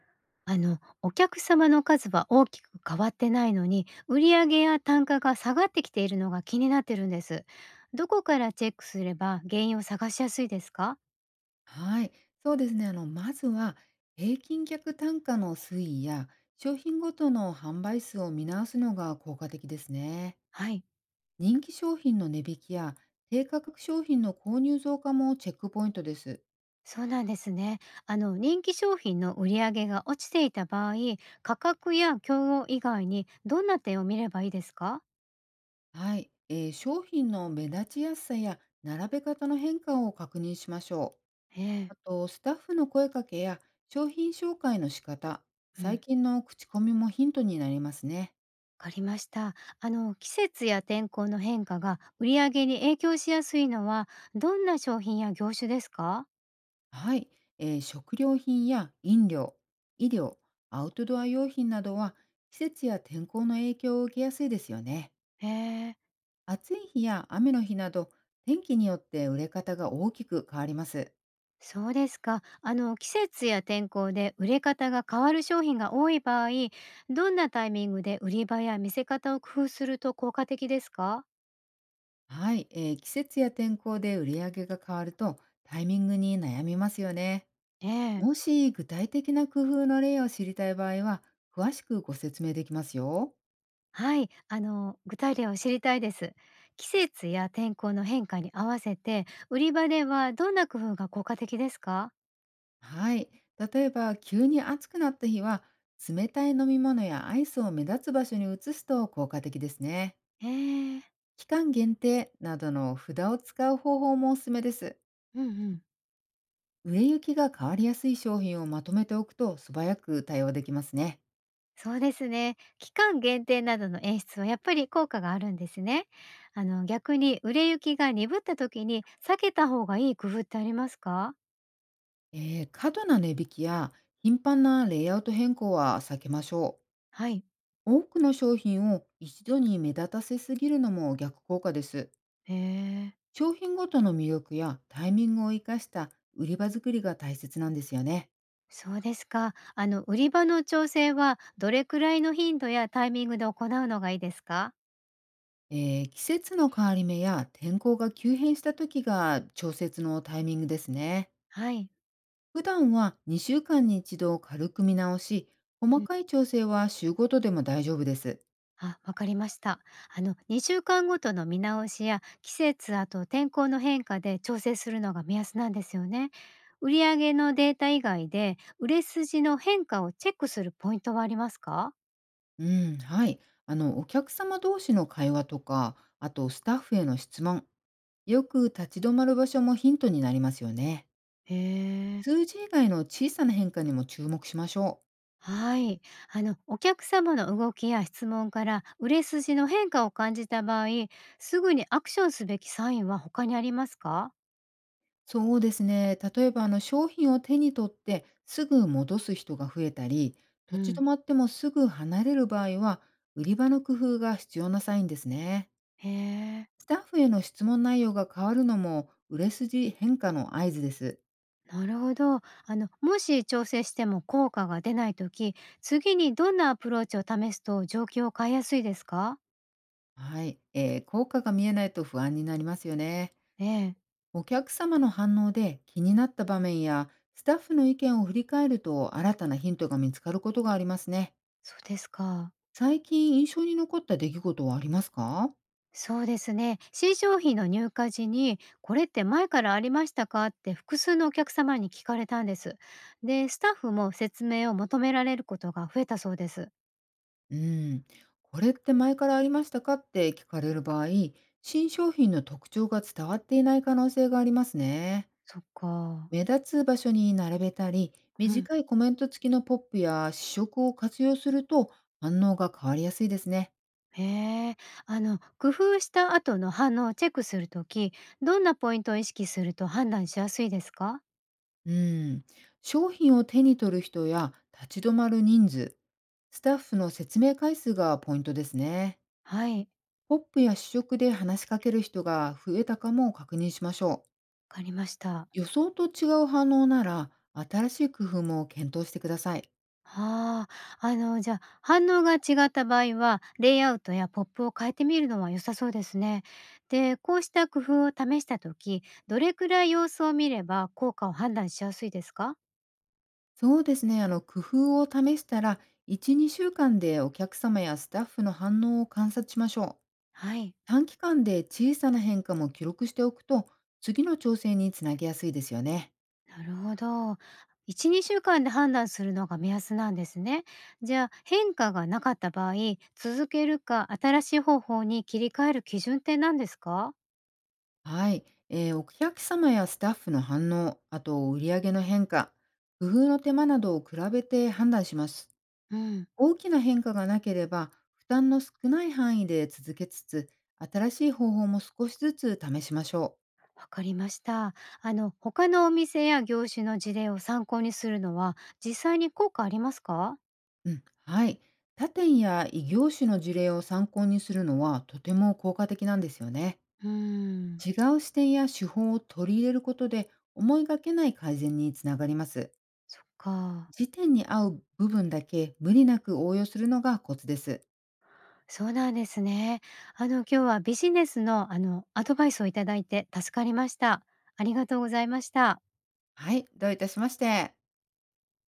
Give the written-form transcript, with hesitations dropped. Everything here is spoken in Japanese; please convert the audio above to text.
お客様の数は大きく変わってないのに、売上や単価が下がってきているのが気になってるんです。どこからチェックすれば原因を探しやすいですか？はい、そうですね。まずは平均客単価の推移や商品ごとの販売数を見直すのが効果的ですね。はい。人気商品の値引きや低価格商品の購入増加もチェックポイントです。そうなんですね。人気商品の売上が落ちていた場合、価格や競合以外にどんな点を見ればいいですか？はい、商品の目立ちやすさや並べ方の変化を確認しましょう。ええ。あと、スタッフの声かけや商品紹介の仕方、う最ん。近の口コミもヒントになりますね。わかりました。季節や天候の変化が売上に影響しやすいのは、どんな商品や業種ですか？はい、食料品や飲料、医療、アウトドア用品などは季節や天候の影響を受けやすいですよね。へえ。暑い日や雨の日など天気によって売れ方が大きく変わります。そうですか。季節や天候で売れ方が変わる商品が多い場合、どんなタイミングで売り場や見せ方を工夫すると効果的ですか？はい、季節や天候で売り上げが変わるとタイミングに悩みますよね。ええ。もし具体的な工夫の例を知りたい場合は詳しくご説明できますよ。はい、具体例を知りたいです。季節や天候の変化に合わせて、売り場ではどんな工夫が効果的ですか？はい。例えば、急に暑くなった日は、冷たい飲み物やアイスを目立つ場所に移すと効果的ですね。ええ。期間限定などの札を使う方法もおすすめです。うんうん。売れ行きが変わりやすい商品をまとめておくと素早く対応できますね。そうですね。期間限定などの演出はやっぱり効果があるんですね。逆に売れ行きが鈍った時に避けた方がいい工夫ってありますか？過度な値引きや頻繁なレイアウト変更は避けましょはい。う。多くの商品を一度に目立たせすぎるのも逆効果です。へえ、商品ごとの魅力やタイミングを生かした売り場作りが大切なんですよね。そうですか。売り場の調整はどれくらいの頻度やタイミングで行うのがいいですか？季節の変わり目や天候が急変した時が調節のタイミングですね。はい。普段は2週間に一度軽く見直し、細かい調整は週ごとでも大丈夫です。あ、わかりました。2週間ごとの見直しや季節、あと天候の変化で調整するのが目安なんですよね。売上のデータ以外で、売れ筋の変化をチェックするポイントはありますか？うん、はい。お客様同士の会話とか、あとスタッフへの質問、よく立ち止まる場所もヒントになりますよね。へえ。数字以外の小さな変化にも注目しましょう。はい。お客様の動きや質問から売れ筋の変化を感じた場合、すぐにアクションすべきサインは他にありますか？そうですね。例えば、商品を手に取ってすぐ戻す人が増えたり、う立ち止ん。まってもすぐ離れる場合は、売り場の工夫が必要なサインですね。へえ。スタッフへの質問内容が変わるのも、売れ筋変化の合図です。なるほど。もし調整しても効果が出ないとき、次にどんなアプローチを試すと状況を変えやすいですか？はい、効果が見えないと不安になりますよね。ええ、お客様の反応で気になった場面や、スタッフの意見を振り返ると新たなヒントが見つかることがありますね。そうですか。最近印象に残った出来事はありますか？そうですね。新商品の入荷時に、これって前からありましたかって複数のお客様に聞かれたんです。で、スタッフも説明を求められることが増えたそうです。うーん、これって前からありましたかって聞かれる場合、新商品の特徴が伝わっていない可能性がありますね。そっか。目立つ場所に並べたり、うん。短いコメント付きのポップや試食を活用すると反応が変わりやすいですね。へえ。工夫した後の反応をチェックするとき、どんなポイントを意識すると判断しやすいですか？うん、商品を手に取る人や立ち止まる人数、スタッフの説明回数がポイントですね。はい、わポップや試食で話しかける人が増えたかも確認しましょう。かりました。予想と違う反応なら、新しい工夫も検討してください。ああ、じゃあ、反応が違った場合は、レイアウトやポップを変えてみるのは良さそうですね。で、こうした工夫を試したとき、どれくらい様子を見れば効果を判断しやすいですか？そうですね、工夫を試したら、1、2週間でお客様やスタッフの反応を観察しましょう。はい、短期間で小さな変化も記録しておくと、次の調整につなげやすいですよね。なるほど。1、2週間で判断するのが目安なんですね。じゃあ、変化がなかった場合、続けるか新しい方法に切り替える基準って何ですか？はい。お客様やスタッフの反応、あと売上の変化、工夫の手間などを比べて判断します。うん。大きな変化がなければ、負担の少ない範囲で続けつつ、新しい方法も少しずつ試しましょわかりました。他のお店や業種の事例を参考にするのは、実際に効果ありますか？う。うん、はい。他店や異業種の事例を参考にするのはとても効果的なんですよね。うーん、違う視点や手法を取り入れることで、思いがけない改善につながります。そっか。時点に合う部分だけ無理なく応用するのがコツです。そうなんですね。今日はビジネスの、アドバイスをいただいて助かりました。ありがとうございました。はい、どういたしまして。